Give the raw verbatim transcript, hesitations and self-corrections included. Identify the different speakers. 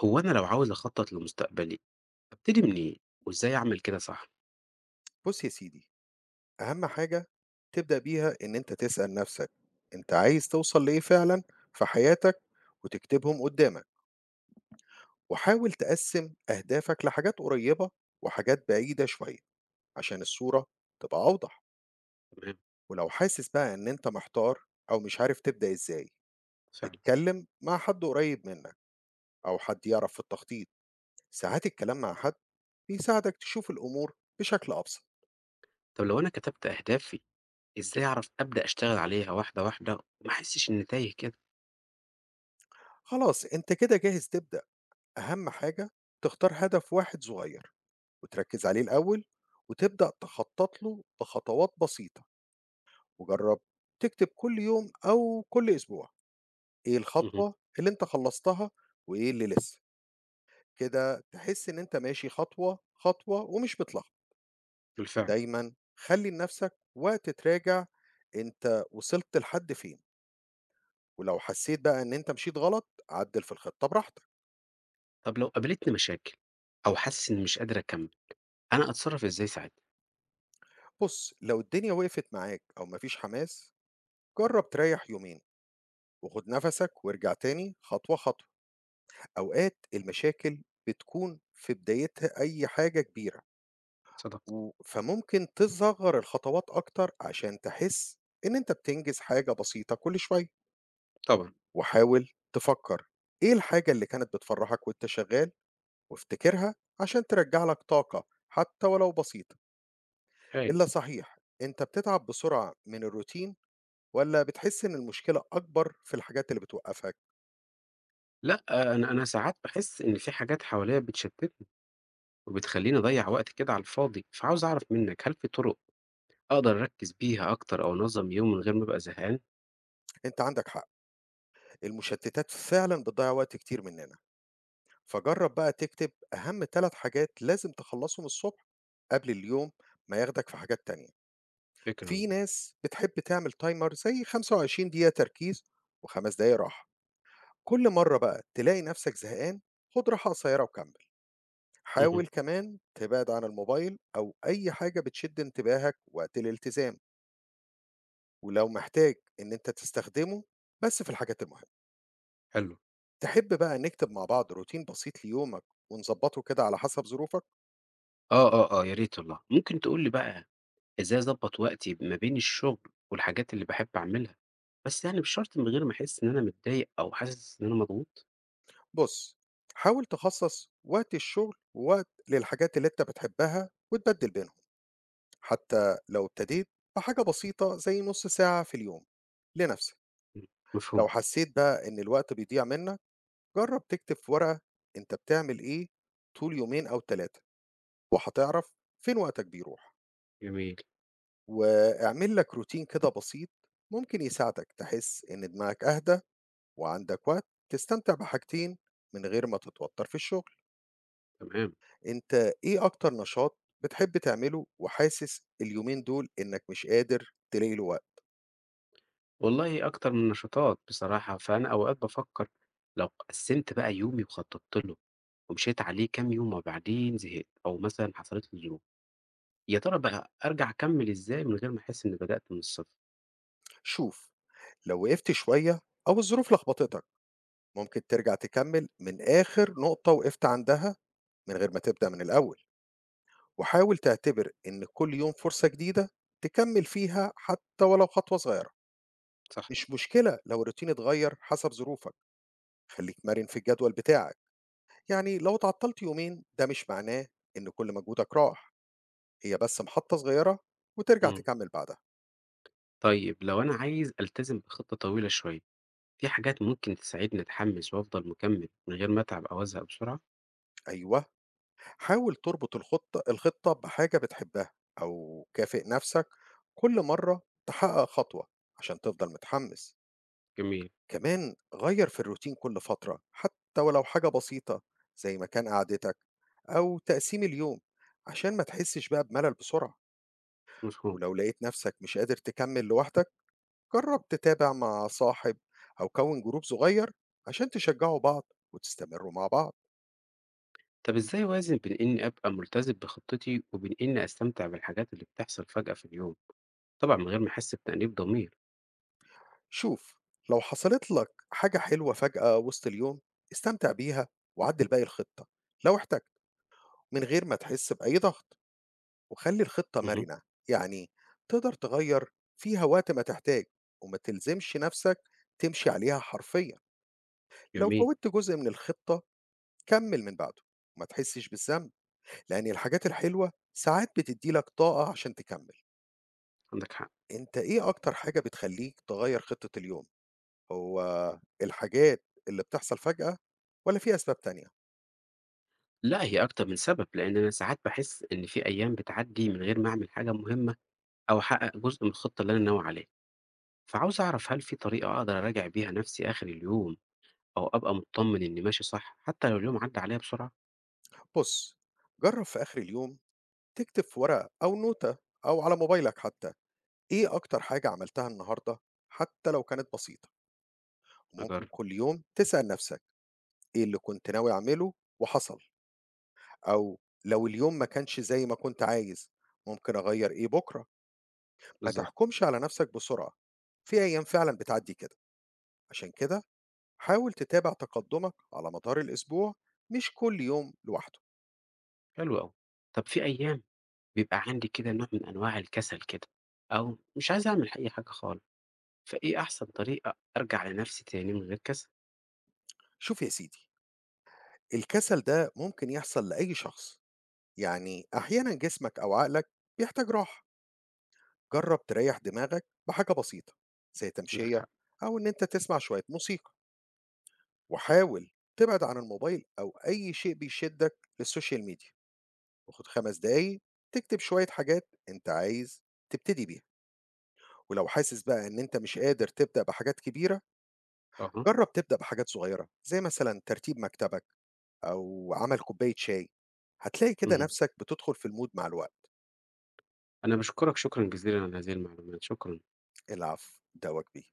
Speaker 1: هو أنا لو عاوز أخطط لمستقبلي، أبتدي منين وإزاي أعمل كده صح؟
Speaker 2: بُص يا سيدي، أهم حاجة تبدأ بيها إن أنت تسأل نَفْسك أنت عايز توصل لإيه فعلًا في حياتك وتكتبهم قدّامك، وحاول تقسّم أهدافك لحاجات قريّبة وحاجات بعيدة شوية عشان الصورة تبقى أوضح،
Speaker 1: تمام،
Speaker 2: ولو حاسس بقى إن أنت محتار أو مش عارف تبدأ إزاي،
Speaker 1: فعلًا.
Speaker 2: اتكلم مع حد قريّب منّك أو حد يعرف في التخطيط، ساعات الكلام مع حد بيساعدك تشوف الأمور بشكل أبسط.
Speaker 1: طب لو أنا كتبت أهدافي، إزاي أعرف أبدأ أشتغل عليها واحدة، واحدة وما أحسش إني تايه كده؟
Speaker 2: خلاص أنت كده جاهز تبدأ. أهم حاجة تختار هدف واحد صغير وتركز عليه الأول وتبدأ تخطط له بخطوات بسيطة وجرب تكتب كل يوم أو كل أسبوع إيه
Speaker 1: اهم،
Speaker 2: الخطوة اللي أنت خلصتها وإيه اللي لسه كده تحس إن أنت ماشي خطوة خطوة ومش بتلخبط.
Speaker 1: بالفعل.
Speaker 2: ودايما خلي لنفسك وقت تراجع أنت وصلت لحد فين، ولو حسيت بقى إن أنت مشيت غلط عدل في الخطة براحتك.
Speaker 1: طب لو قابلتني مشاكل أو حاسس إني مش قادر أكمل، أنا أتصرف إزاي ساعتها؟
Speaker 2: بص لو الدنيا وقفت معاك أو مفيش حماس جرب تريح يومين وخد نفسك وارجع تاني خطوة خطوة. أوقات المشاكل بتكون في بدايتها أي حاجة كبيرة،
Speaker 1: صدقت،
Speaker 2: و- فممكن تصغر الخطوات أكتر عشان تحس إن أنت بتنجز حاجة بسيطة كل شوية.
Speaker 1: طبعًا.
Speaker 2: وحاول تفكر إيه الحاجة اللي كانت بتفرحك وأنت شغال وافتكرها عشان ترجع لك طاقة حتى ولو بسيطة.
Speaker 1: أيوه.
Speaker 2: إلا صحيح، أنت بتتعب بسرعة من الروتين ولا بتحس إن المشكلة أكبر في الحاجات اللي بتوقفك؟
Speaker 1: لأ، أنا أنا ساعات باحس إن في حاجات حواليّا بتشتتني وبتخلّيني أضيّع وقت كده على الفاضي، فعاوز أعرف منك هل في طرق أقدر أركّز بيها أكتر أو أنظم يومي من غير ما أبقى زهقان؟
Speaker 2: أنت عندك حق، المشتتات فعلًا بتضيّع وقت كتير مننا، فجرّب بقى تكتب أهم 3 حاجات لازم تخلّصهم الصبح قبل اليوم ما ياخدك في حاجات تانية.
Speaker 1: فكرة،
Speaker 2: في ناس بتحب تعمل timer زي 25 دقيقة تركيز و5 دقايق راحة. كل مرّة بقى تلاقي نفسك زهقان، خُد راحة قصيّرة وكمّل.
Speaker 1: اهم،
Speaker 2: حاول كمان تبعد عن الموبايل أو أي حاجة بتشد انتباهك وقت الالتزام، ولو محتاج إن أنت تستخدمه، بس في الحاجات المهمة.
Speaker 1: حلو.
Speaker 2: تحب بقى نكتب مع بعض روتين بسيط ليومك ونظبطه كده على حسب ظروفك؟
Speaker 1: آه، آه، آه، يا ريت والله. ممكن تقول لي بقى إزاي أضبّط وقتي ما بين الشغل والحاجات اللي باحب أعملها، بس يعني مش شرط من غير ما أحس إن أنا متضايق أو حاسس إن أنا مضغوط؟
Speaker 2: بص، حاول تخصص وقت الشغل ووقت للحاجات اللي انت بتحبها وتبدل بينهم، حتى لو ابتديت بحاجة بسيطة زي نص ساعة في اليوم لنفسك.
Speaker 1: إمم،
Speaker 2: لو
Speaker 1: مفهوم،
Speaker 2: حسيت بقى ان الوقت بيضيع منك جرب تكتب في ورقة انت بتعمل ايه طول يومين او ثلاثة وهتعرف فين وقتك بيروح.
Speaker 1: جميل،
Speaker 2: واعمل لك روتين كده بسيط ممكن يساعدك تحس ان دماغك اهدى وعندك وقت تستمتع بحاجتين من غير ما تتوتر في الشغل.
Speaker 1: تمام.
Speaker 2: انت ايه اكتر نشاط بتحب تعمله وحاسس اليومين دول انك مش قادر تلاقي له وقت؟
Speaker 1: والله أكتر من نشاطات بصراحة، فأنا أوقات بافكّر لو قسّمت بقى يومي وخطّطت له ومشيت عليه كام يوم وبعدين زهقت أو مثلًا حصلت لي ظروف، يا ترى بقى أرجع أكمّل إزاي من غير ما أحس إنّي بدأت من الصفر؟
Speaker 2: شوف، لو وقفت شوية او الظروف لخبطتك ممكن ترجع تكمل من اخر نقطة وقفت عندها من غير ما تبدأ من الاول. وحاول تعتبر ان كل يوم فرصة جديدة تكمل فيها حتى ولو خطوة صغيرة.
Speaker 1: صح،
Speaker 2: مش مشكلة لو الروتين اتغير حسب ظروفك، خليك مرن في الجدول بتاعك، يعني لو تعطلت يومين ده مش معناه إن كل مجهودك راح، هي بس محطة صغيرة وترجع
Speaker 1: إمم.
Speaker 2: تكمل بعدها.
Speaker 1: طيب لو أنا عايز ألتزم بخطة طويلة شوية في حاجات ممكن تساعدني أتحمس وأفضل مكمل من غير ما أتعب أو أزهق بسرعة؟
Speaker 2: أيوة، حاول تربط الخطة الخطة بحاجة بتحبها أو كافئ نفسك كل مرة تحقق خطوة عشان تفضل متحمس.
Speaker 1: جميل،
Speaker 2: كمان غير في الروتين كل فترة حتى ولو حاجة بسيطة زي مكان قعدتك أو تقسيم اليوم عشان ما تحسش بقى بملل بسرعة.
Speaker 1: مفهوم.
Speaker 2: ولو لقيت نفسك مش قادر تكمل لوحدك جرب تتابع مع صاحب أو كون جروب صغير عشان تشجعوا بعض وتستمروا مع بعض.
Speaker 1: طب إزاي أوازن بين إني أبقى ملتزم بخطتي وبين إني أستمتع بالحاجات اللي بتحصل فجأة في اليوم؟ طبعًا من غير ما أحس بتأنيب ضمير.
Speaker 2: شوف، لو حصلت لك حاجة حلوة فجأة وسط اليوم استمتع بيها وعدل باقي الخطة لو احتجت، من غير ما تحس بأي ضغط، وخلي الخطة
Speaker 1: اهم،
Speaker 2: مرنة، يعني تقدر تغير فيها وقت ما تحتاج وما تلزمش نفسك تمشي عليها حرفيا. لو
Speaker 1: جميل،
Speaker 2: فوتت جزء من الخطة كمل من بعده وما تحسش بالذنب، لأن الحاجات الحلوة ساعات بتدي لك طاقة عشان تكمل.
Speaker 1: عندك حق.
Speaker 2: أنت إيه أكتر حاجة بتخلّيك تغيّر خطة اليوم، هو الحاجات اللي بتحصل فجأة والّا في أسباب تانية؟
Speaker 1: لا هي أكتر من سبب، لأن أنا ساعات باحس إن في أيام بتعدي من غير ما أعمل حاجة مهمة أو أحقق جزء من الخطة اللي أنا ناوي عليها. فعاوز أعرف هل في طريقة أقدر أراجع بيها نفسي آخر اليوم أو أبقى مطمن إني ماشي صح حتى لو اليوم عدى عليا بسرعة؟
Speaker 2: بُص، جرّب في آخر اليوم تكتب في ورقة أو نوتة أو على موبايلك حتى، إيه أكتر حاجة عملتها النهارده حتى لو كانت بسيطة، وممكن
Speaker 1: أجرب،
Speaker 2: كل يوم تسأل نفسك إيه اللي كنت ناوي أعمله وحصل، أو لو اليوم ما كانش زي ما كنت عايز ممكن أغيّر إيه بُكرة. ما
Speaker 1: بالضبط.
Speaker 2: تحكمش على نفسك بسرعة، في أيام فعلًا بتعدّي كده، عشان كده حاول تتابع تقدمك على مدار الأسبوع مش كل يوم لوحده.
Speaker 1: حلو أوي. طب في أيام بيبقى عندي كده نوع من أنواع الكسل كده أو مش عايز أعمل أي حاجة خالص، فإيه أحسن طريقة أرجع لنفسي تاني من غير كسل؟
Speaker 2: شوف يا سيدي، الكسل ده ممكن يحصل لأي شخص، يعني أحيانا جسمك أو عقلك بيحتاج راحة. جرب تريح دماغك بحاجة بسيطة زي
Speaker 1: عندك
Speaker 2: تمشية
Speaker 1: حق.
Speaker 2: أو إن أنت تسمع شوية موسيقى، وحاول تبعد عن الموبايل أو أي شيء بيشدك للسوشيال ميديا وخد خمس دقايق تكتب شوية حاجات أنت عايز تبتدي بيها. ولو حاسس بقى إن أنت مش قادر تبدأ بحاجات كبيرة
Speaker 1: أها،
Speaker 2: جرب تبدأ بحاجات صغيرة زي مثلا ترتيب مكتبك أو عمل كوباية شاي، هتلاقي كده
Speaker 1: اهم.
Speaker 2: نفسك بتدخل في المود مع الوقت.
Speaker 1: أنا باشكرك شكرًا جزيلًا على هذه المعلومات، شكرًا.
Speaker 2: العفو ده واجبي.